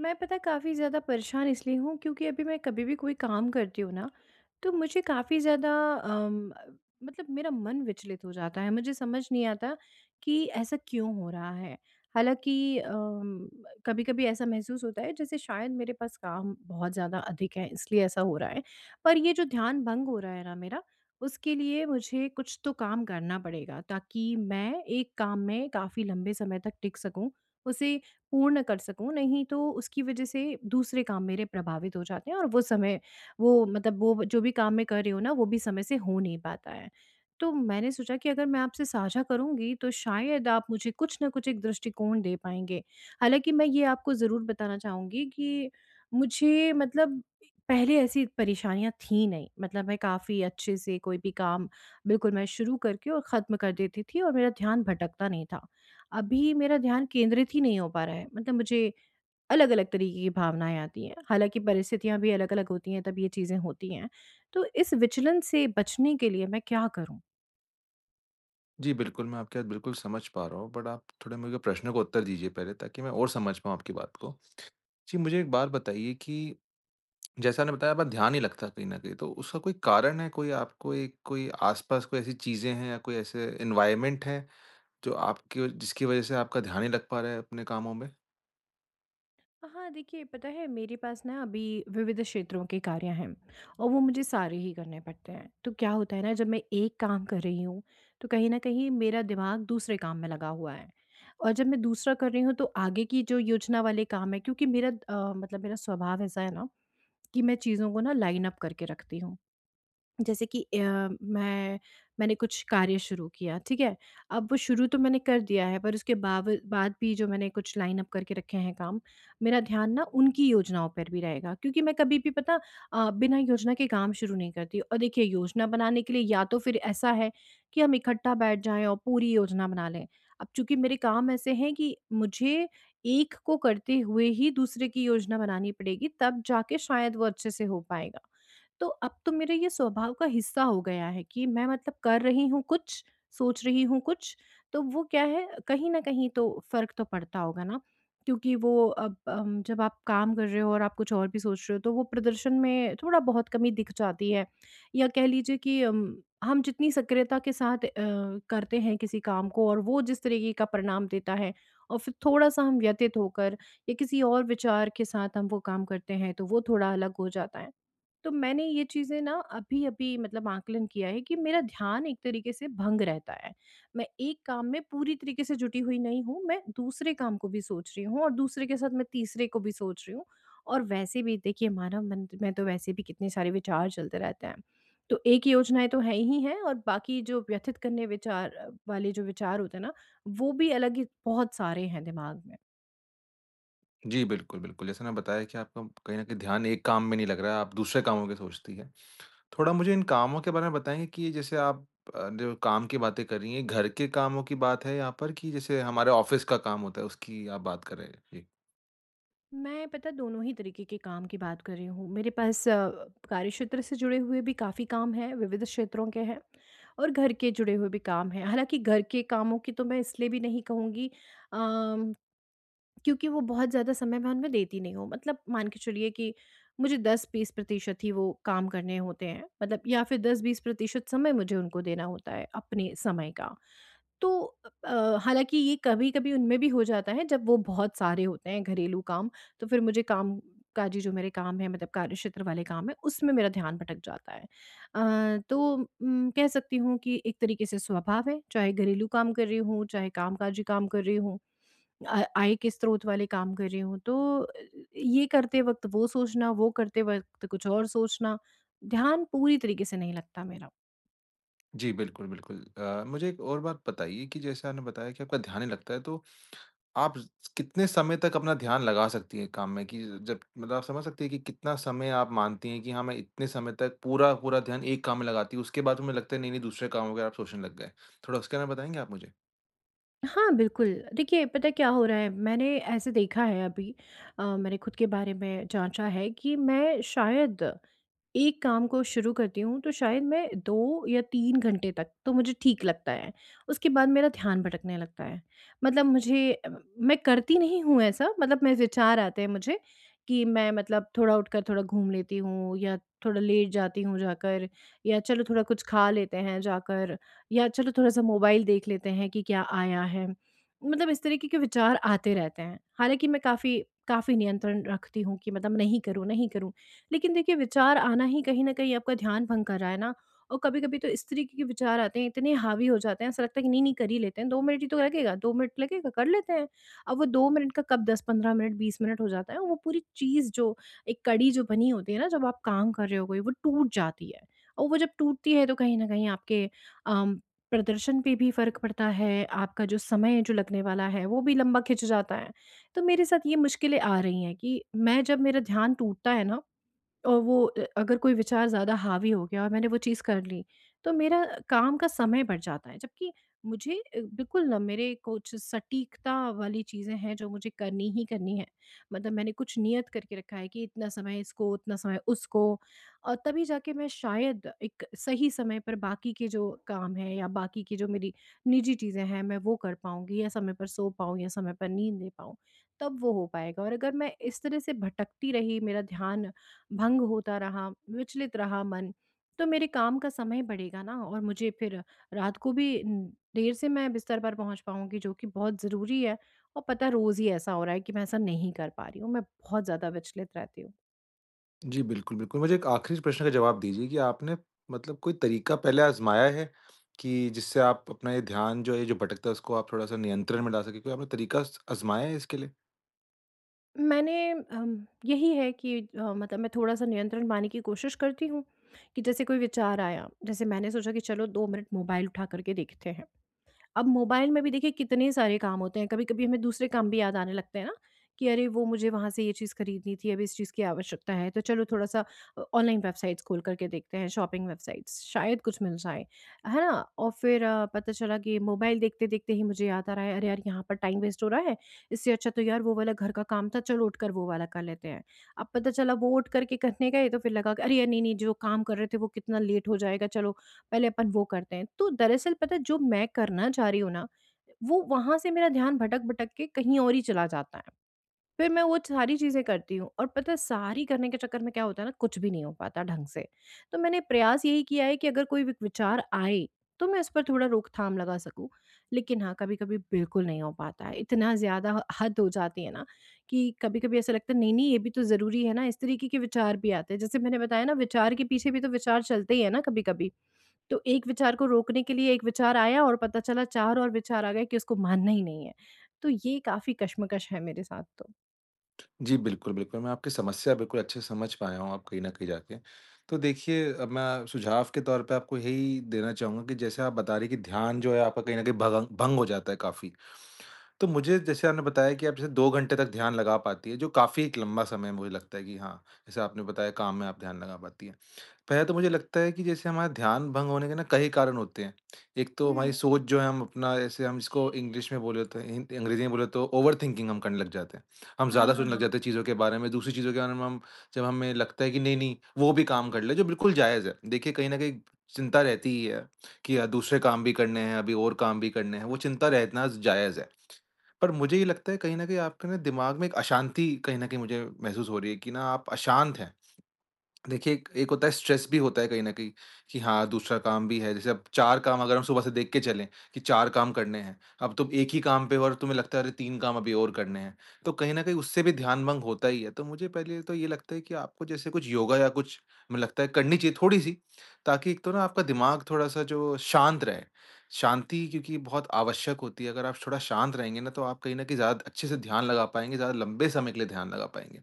मैं पता काफ़ी ज़्यादा परेशान इसलिए हूँ क्योंकि अभी मैं कभी भी कोई काम करती हूँ ना, तो मुझे काफ़ी ज़्यादा मतलब मेरा मन विचलित हो जाता है। मुझे समझ नहीं आता कि ऐसा क्यों हो रहा है। हालांकि कभी कभी ऐसा महसूस होता है जैसे शायद मेरे पास काम बहुत ज़्यादा अधिक है, इसलिए ऐसा हो रहा है। पर ये जो ध्यान भंग हो रहा है ना मेरा, उसके लिए मुझे कुछ तो काम करना पड़ेगा ताकि मैं एक काम में काफ़ी लंबे समय तक टिक सकूं, उसे पूर्ण कर सकूँ। नहीं तो उसकी वज़ह से दूसरे काम मेरे प्रभावित हो जाते हैं और वो समय, वो मतलब वो जो भी काम मैं कर रही हूँ ना, वो भी समय से हो नहीं पाता है। तो मैंने सोचा कि अगर मैं आपसे साझा करूँगी, तो शायद आप मुझे कुछ न कुछ एक दृष्टिकोण दे पाएँगे। हालाँकि मैं ये आपको ज़रूर बताना चाहूँगी कि मुझे मतलब पहले ऐसी परेशानियाँ थी नहीं, मतलब मैं काफ़ी अच्छे से कोई भी काम बिल्कुल मैं शुरू करके और ख़त्म कर देती थी और मेरा ध्यान भटकता नहीं था। अभी मेरा ध्यान केंद्रित ही नहीं हो पा रहा है, मतलब मुझे अलग-अलग तरीके की भावनाएँ आती हैं। हालाँकि परिस्थितियाँ भी अलग-अलग होती हैं, तब ये चीज़ें होती हैं। तो इस विचलन से बचने के लिए मैं क्या करूँ? जी, बिल्कुल, मैं आपकी बात बिल्कुल समझ पा रहा हूँ, बट आप थोड़े मेरे प्रश्नों को उत्तर दीजिए पहले ताकि मैं और समझ पाऊँ आपकी बात को। जी, मुझे एक बात बताइए कि जैसा आपने बताया आपका ध्यान नहीं लगता कहीं न कहीं, तो उसका कोई कारण है? कोई आपको एक कोई आस-पास कोई ऐसी चीज़ें हैं या कोई ऐसे एनवायरनमेंट है जो आपके जिसकी वज़ह से आपका ध्यान नहीं लग पा रहा है अपने कामों में? हाँ, देखिए पता है मेरे पास ना अभी विविध क्षेत्रों के कार्य हैं और वो मुझे सारे ही करने पड़ते हैं। तो क्या होता है ना, जब मैं एक काम कर रही हूँ तो कहीं न कहीं मेरा दिमाग दूसरे काम में लगा हुआ है। और जब मैं दूसरा कर रही हूँ तो आगे की जो योजना वाले काम है, क्योंकि मेरा मतलब मेरा स्वभाव ऐसा है ना कि मैं चीज़ों को ना लाइन अप करके रखती हूँ। जैसे कि मैं मैंने कुछ कार्य शुरू किया, ठीक है? अब वो शुरू तो मैंने कर दिया है पर उसके बाव बाद भी जो मैंने कुछ लाइन अप करके रखे हैं काम, मेरा ध्यान ना उनकी योजनाओं पर भी रहेगा, क्योंकि मैं कभी भी पता बिना योजना के काम शुरू नहीं करती। और देखिए योजना बनाने के लिए या तो फिर ऐसा है कि हम इकट्ठा बैठ जाएँ और पूरी योजना बना लें। अब चूँकि मेरे काम ऐसे हैं कि मुझे एक को करते हुए ही दूसरे की योजना बनानी पड़ेगी, तब जाके शायद वो अच्छे से हो पाएगा। तो अब तो मेरे ये स्वभाव का हिस्सा हो गया है कि मैं मतलब कर रही हूँ कुछ, सोच रही हूँ कुछ, तो वो क्या है कहीं न कहीं तो फ़र्क तो पड़ता होगा ना। क्योंकि वो अब जब आप काम कर रहे हो और आप कुछ और भी सोच रहे हो, तो वो प्रदर्शन में थोड़ा बहुत कमी दिख जाती है। या कह लीजिए कि हम जितनी सक्रियता के साथ करते हैं किसी काम को और वो जिस तरीके का परिणाम देता है, और फिर थोड़ा-सा हम व्यथित होकर या किसी और विचार के साथ हम वो काम करते हैं, तो वो थोड़ा अलग हो जाता है। तो मैंने ये चीज़ें ना अभी-अभी मतलब आकलन किया है कि मेरा ध्यान एक तरीके से भंग रहता है। मैं एक काम में पूरी तरीके से जुटी हुई नहीं हूँ, मैं दूसरे काम को भी सोच रही हूँ और दूसरे के साथ मैं तीसरे को भी सोच रही हूँ। और वैसे भी देखिए मानव मन में तो वैसे भी कितने सारे विचार चलते रहते हैं। तो एक योजनाएँ तो हैं ही हैं और बाकी जो व्यथित करने विचार वाले जो विचार होते हैं ना, वो भी अलग ही बहुत सारे हैं दिमाग में। जी, बिल्कुल, बिल्कुल, जैसे आपने बताया कि आपका कहीं न कहीं ध्यान एक काम में नहीं लग रहा है, आप दूसरे कामों की सोचती हैं। थोड़ा मुझे इन कामों के बारे में बताएँगे कि ये जैसे आप जो काम की बातें कर रही हैं, घर के कामों की बात है यहाँ पर कि जैसे हमारे ऑफ़िस का काम होता है, उसकी आप बात कर रहे हैं? जी। मैं पता दोनों ही तरीके के काम की बात कर रही हूँ। मेरे पास कार्य क्षेत्र से जुड़े हुए भी काफ़ी काम हैं, विविध क्षेत्रों के हैं, और घर के जुड़े हुए भी काम हैं। हालाँकि घर के कामों की तो मैं इसलिए भी नहीं कहूँगी अम, क्योंकि वो बहुत ज़्यादा समय मैं उनमें देती नहीं हूँ। मतलब मान के चलिए कि मुझे 10-20% ही वो काम करने होते हैं। मतलब या फिर 10-20% समय मुझे उनको देना होता है अपने समय का। तो हालाँकि ये कभी-कभी उनमें भी हो जाता है जब वो बहुत सारे होते हैं घरेलू काम, तो फिर मुझे काम काजी जो मेरे काम हैं, मतलब कार्यक्षेत्र वाले काम हैं, उसमें मेरा ध्यान भटक जाता है। तो कह सकती हूँ कि एक तरीके से स्वभाव है, चाहे घरेलू काम कर रही हूँ, चाहे कामकाजी काम कर रही हूँ, आय के स्रोत वाले काम कर रही हूँ, तो अ, ये करते वक़्त वो सोचना, वो करते वक़्त कुछ और सोचना, ध्यान पूरी तरीके से नहीं लगता मेरा। जी, बिल्कुल, बिल्कुल। मुझे एक और बात बताइए कि जैसे आपने बताया कि आपका ध्यान नहीं लगता है, तो आप ज़ कितने समय तक अपना ध्यान लगा सकती हैं काम में कि जब मतलब आप समझ सकती हैं कि कितना समय आप मानती हैं कि हाँ, मैं इतने समय तक पूरा पूरा ध्यान एक काम में लगाती हूँ, उसके बाद तुम्हें लगता है नहीं, नहीं दूसरे कामों के आप सोचने लग गए। थोड़ा उसके बारे में बताएँगे आप मुझे? हाँ, बिल्कुल। देखिए, पता है क्या हो रहा है, मैंने ऐसे देखा है अभी, मैंने खुद के बारे में जाँचा है कि मैं शायद एक काम को शुरू करती हूँ तो शायद मैं 2 या 3 घंटे तक तो मुझे ठीक लगता है। उसके बाद मेरा ध्यान भटकने लगता है। मतलब मुझे मैं करती नहीं हूँ ऐसा, मतलब मेरे विचार आते हैं मुझे कि मैं मतलब थोड़ा उठकर थोड़ा घूम लेती हूँ, या थोड़ा लेट जाती हूँ जाकर, या चलो थोड़ा कुछ खा लेते हैं जाकर, या चलो थोड़ा-सा मोबाइल देख लेते हैं कि क्या आया है। मतलब इस तरीके के विचार आते रहते हैं। हालाँकि मैं काफ़ी काफ़ी नियंत्रण रखती हूँ कि मतलब नहीं करूँ, नहीं करूँ। लेकिन देखिए विचार आना ही कहीं न कहीं आपका ध्यान भंग कर रहा है ना। और कभी-कभी तो इस तरीके के विचार आते हैं, इतने हावी हो जाते हैं, ऐसा लगता है कि नहीं-नहीं कर ही लेते हैं, 2 मिनट ही तो लगेगा, 2 मिनट लगेगा, कर लेते हैं। अब वो 2 मिनट का कब 10-15 मिनट, 20 मिनट हो जाता है, वो पूरी चीज़ जो एक कड़ी जो बनी होती है ना जब आप काम कर रहे हो कोई, वो टूट जाती है। और वो जब टूटती है तो कहीं न कहीं आपके अम, प्रदर्शन पे भी फ़र्क पड़ता है, आपका जो समय जो लगने वाला है, वो भी लंबा खिंच जाता है। तो मेरे साथ ये मुश्किलें आ रही हैं कि मैं जब मेरा ध्यान टूटता है ना और वो अगर कोई विचार ज़्यादा हावी हो गया और मैंने वो चीज़ कर ली, तो मेरा काम का समय बढ़ जाता है। जबकि मुझे बिल्कुल ना मेरे कुछ सटीकता वाली चीज़ें हैं जो मुझे करनी ही करनी है। मतलब मैंने कुछ नियत करके रखा है कि इतना समय इसको, उतना समय उसको, और तभी जाके मैं शायद एक सही समय पर बाकी के जो काम हैं या बाकी की जो मेरी निजी चीज़ें हैं, मैं वो कर पाऊँगी, या समय पर सो पाऊँ या समय पर नींद ले पाऊँ, तब वो हो पाएगा। और अगर मैं इस तरह से भटकती रही, मेरा ध्यान भंग होता रहा, विचलित रहा मन, तो मेरे काम का समय बढ़ेगा ना, और मुझे फिर रात को भी न देर से मैं बिस्तर पर पहुँच पाऊँगी जो कि बहुत ज़रूरी है। और पता है रोज़ ही ऐसा हो रहा है कि मैं ऐसा नहीं कर पा रही हूँ, मैं बहुत ज़्यादा विचलित रहती हूँ। जी, बिल्कुल, बिल्कुल। मुझे एक आखिरी प्रश्न का जवाब दीजिए कि आपने मतलब कोई तरीका पहले आज़माया है कि जिससे आप अपना ये ध्यान जो है, जो भटकता है उसको आप थोड़ा-सा नियंत्रण में ला सकें? कोई आपने तरीका स आज़माया है इसके लिए? मैंने यही है कि मतलब मैं थोड़ा-सा नियंत्रण पाने की कोशिश करती हूँ, कि जैसे कोई विचार आया, जैसे मैंने सोचा कि चलो 2 मिनट मोबाइल उठा कर के देखते हैं। अब मोबाइल में भी देखिए कितने सारे काम होते हैं, कभी-कभी हमें दूसरे काम भी याद आने लगते हैं ना कि अरे वो मुझे वहाँ से ये चीज़ खरीदनी थी अब इस चीज़ की आवश्यकता है, तो चलो थोड़ा-सा ऑनलाइन वेबसाइट्स खोल करके देखते हैं शॉपिंग वेबसाइट्स शायद कुछ मिल जाए, है ना? और फिर पता चला कि मोबाइल देखते-देखते ही मुझे याद आ रहा है अरे यार यहाँ पर टाइम वेस्ट हो रहा है, इससे अच्छा तो यार वो वाला घर का काम था चलो उठकर वो वाला कर लेते हैं। अब पता चला वो उठ कर के करने गए तो फिर लगा कि अरे यार नहीं-नहीं जो काम कर रहे थे वो कितना लेट हो जाएगा, चलो पहले अपन वो करते हैं। तो दरअसल पता है जो मैं करना चाह रही हूँ ना, वो वहाँ से मेरा ध्यान भटक-भटक के कहीं और ही चला जाता है। फिर मैं वो सारी चीज़ें करती हूँ और पता है सारी करने के चक्कर में क्या होता है ना, कुछ भी नहीं हो पाता ढंग से। तो मैंने प्रयास यही किया है कि अगर कोई वि विचार आए, तो मैं उस पर थोड़ा रोकथाम लगा सकूँ। लेकिन हाँ, कभी-कभी बिल्कुल नहीं हो पाता है। इतना ज़्यादा ह हद हो जाती है ना कि कभी-कभी ऐसा लगता है नहीं-नहीं ये भी तो ज़रूरी है ना, इस तरीके के विचार भी आते हैं। जैसे मैंने बताया ना विचार के पीछे भी तो विचार चलते ही हैं ना कभी-कभी। तो एक विचार को रोकने के लिए एक विचार आया और पता चला 4 और विचार आ गए कि उसको मानना ही नहीं है। तो ये काफ़ी कश्मकश है मेरे साथ तो। जी, बिल्कुल, बिल्कुल। मैं आपकी समस्या बिल्कुल अच्छे से समझ पाया हूँ अब कहीं न कहीं जाके। तो देखिए, अब मैं सुझाव के तौर पे आपको यही देना चाहूँगा कि जैसे आप बता रही हैं कि ध्यान जो है आपका कहीं न कहीं भगंग भंग हो जाता है काफ़ी। तो मुझे जैसे आपने बताया कि आप जैसे 2 घंटे तक ध्यान लगा पाती हैं, जो काफ़ी एक लंबा समय है, मुझे लगता है कि हाँ, जैसे आपने बताया काम में आप ध्यान लगा पाती हैं। पहले तो मुझे लगता है कि जैसे हमारा ध्यान भंग होने के ना कई कारण होते हैं। एक तो हमारी हुँ। सोच जो है हम अपना जैसे हम इसको इंग्लिश में बोले तो हिन अंग्रेज़ी में बोले तो ओवरथिंकिंग हम करने लग जाते हैं। हम ज़्यादा हाँ, सोचने लग हाँ। जाते हैं चीज़ों के बारे में, दूसरी चीज़ों के बारे में हम जब हमें लगता है कि नहीं-नहीं वो भी काम कर ले जो बिल्कुल जायज़ है। देखिए कहीं न कहीं चिंता रहती ही है कि दूसरे काम भी करने हैं, अभी और काम भी करने हैं, वो चिंता रहना जायज़ है। पर मुझे ये लगता है कहीं न कहीं आपके ना दिमाग में एक अशांति कहीं न कहीं मुझे महसूस हो रही है कि ना आप अशांत हैं। देखिए, एक एक होता है स्ट्रेस भी होता है कहीं न कहीं, कि हाँ, दूसरा काम भी है। जैसे अब 4 काम अगर हम सुबह से देख के चलें कि 4 काम करने हैं, अब तुम 1 ही काम पे हो और तुम्हें लगता है अरे 3 काम अभी और करने हैं, तो कहीं न कहीं उससे भी ध्यान भंग होता ही है। तो मुझे पहले तो ये लगता है कि आपको जैसे कुछ योगा या कुछ मुझे लगता है करनी चाहिए थोड़ी-सी, ताकि एक तो ना आपका दिमाग थोड़ा-सा जो शांत रहे। शांति क्योंकि बहुत आवश्यक होती है, अगर आप थोड़ा शांत रहेंगे ना, तो आप कहीं न कहीं ज़्यादा अच्छे से ध्यान लगा पाएँगे, ज़्यादा लंबे समय के लिए ध्यान लगा पाएँगे।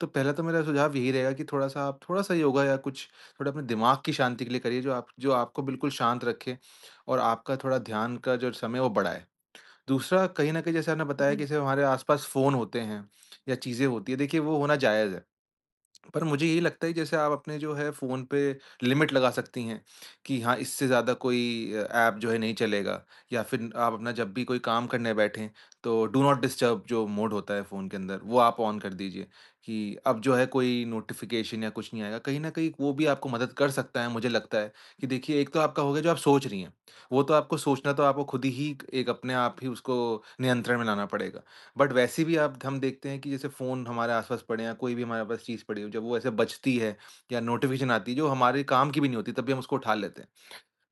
तो पहला तो मेरा सुझाव यही रहेगा कि थोड़ा-सा आप थोड़ा-सा योगा या कुछ थोड़ा अपने दिमाग की शांति के लिए करिए जो आप जो आपको बिल्कुल शांत रखे और आपका थोड़ा ध्यान का जो समय है वो बढ़ाए। दूसरा कहीं न कहीं जैसे आपने बताया कि जी। जैसे हमारे आस-पास फ़ोन होते हैं या चीज़ें होती हैं, देखिए वो होना जायज़ है। पर मुझे यही लगता है जैसे आप अपने जो है फ़ोन पे लिमिट लगा सकती हैं कि हाँ, इससे ज़्यादा कोई ऐप जो है नहीं चलेगा या फिर आप अपना जब भी कोई काम करने बैठें तो डू नॉट डिस्टर्ब जो मोड होता है फ़ोन के अंदर वो आप ऑन कर दीजिए कि अब जो है कोई नोटिफ़िकेशन या कुछ नहीं आएगा। कहीं न कहीं वो भी आपको मदद कर सकता है मुझे लगता है कि देखिए एक तो आपका हो गया जो आप सोच रही हैं। वो तो आपको सोचना तो आपको खुद ही एक अपने आप ही उसको नियंत्रण में लाना पड़ेगा। बट वैसे भी आप हम देखते हैं कि जैसे फ़ोन हमारे आस-पास पड़े हैं या कोई भी हमारे पास चीज़ पड़ी हो, जब वो ऐसे बजती है या नोटिफ़िकेशन आती है जो हमारे काम की भी नहीं होती तब भी हम उसको उठा लेते हैं।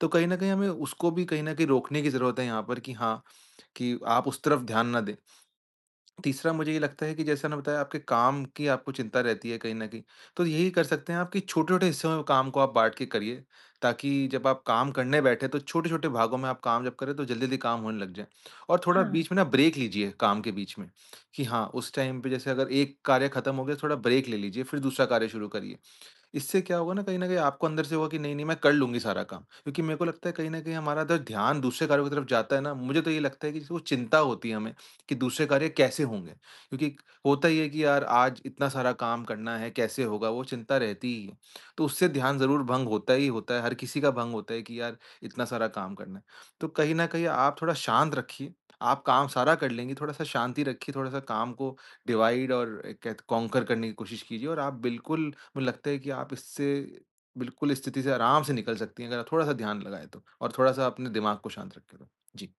तो कहीं न कहीं हमें उसको भी कहीं न कहीं रोकने की ज़रूरत है यहाँ पर कि हाँ, कि आप उस तरफ ध्यान ना दें। तीसरा मुझे ये लगता है कि जैसा मैंने बताया आपके काम की आपको चिंता रहती है कहीं न कहीं, तो यही कर सकते हैं आप कि छोटे-छोटे हिस्सों में काम को आप बाँट के करिए, ताकि जब आप काम करने बैठे तो छोटे-छोटे भागों में आप काम जब करें तो जल्दी-जल्दी काम होने लग जाए। और थोड़ा हाँ। हाँ। बीच में ना ब्रेक लीजिए काम के बीच में, कि हाँ, उस टाइम पे जैसे अगर एक कार्य खत्म हो गया तो थोड़ा ब्रेक ले लीजिए, फिर दूसरा कार्य शुरू करिए। इससे क्या होगा ना कहीं न कहीं आपको अंदर से होगा कि नहीं, नहीं मैं कर लूँगी सारा काम। क्योंकि मेरे को लगता है कहीं न कहीं हमारा अगर ध्यान दूसरे कार्यों की तरफ जाता है ना, मुझे तो ये लगता है कि जैसे वो चिंता होती है हमें कि दूसरे कार्य कैसे होंगे? क्योंकि होता ही है कि यार आज इतना सारा काम करना है, कैसे होगा? वो चिंता रहती ही है। तो उससे ध्यान ज़रूर भंग होता ही होता है, हर किसी का भंग होता है कि यार इतना सारा काम करना है। तो कहीं न कहीं आप थोड़ा शांत रखिए, आप काम सारा कर लेंगी, थोड़ा-सा शांति रखिए, थोड़ा-सा काम को डिवाइड और एक कहते कॉन्कर करने की कोशिश कीजिए और आप बिल्कुल मुझे लगता है कि आप इससे बिल्कुल इस स्थिति से आराम से निकल सकती हैं, अगर आप थोड़ा-सा ध्यान लगाएँ तो और थोड़ा-सा अपने दिमाग को शांत रखें तो। जी।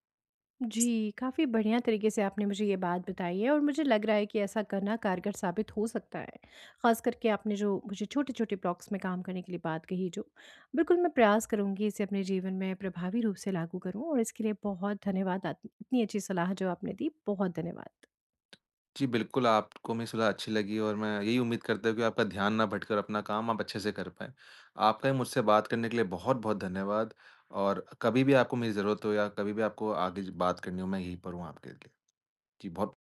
जी, काफ़ी बढ़िया तरीके से आपने मुझे ये बात बताई है और मुझे लग रहा है कि ऐसा करना कारगर साबित हो सकता है। ख़ास करके आपने जो मुझे छोटे-छोटे ब्लॉक्स में काम करने के लिए बात कही जो, बिल्कुल मैं प्रयास करूँगी इसे अपने जीवन में प्रभावी रूप से लागू करूँ, और इसके लिए बहुत धन्यवाद आप इतनी अच्छी सलाह जो आपने दी, बहुत धन्यवाद। जी, बिल्कुल आपको मेरी सलाह अच्छी लगी और मैं यही उम्मीद करता हूँ कि आपका ध्यान ना भटके और अपना काम आप अच्छे से कर पाएँ। आपका भी मुझसे बात करने के लिए बहुत-बहुत धन्यवाद और कभी भी आपको मेरी ज़रूरत हो या कभी भी आपको आगे ज बात करनी हो, मैं यहीं पर हूँ आपके लिए। जी, बहुत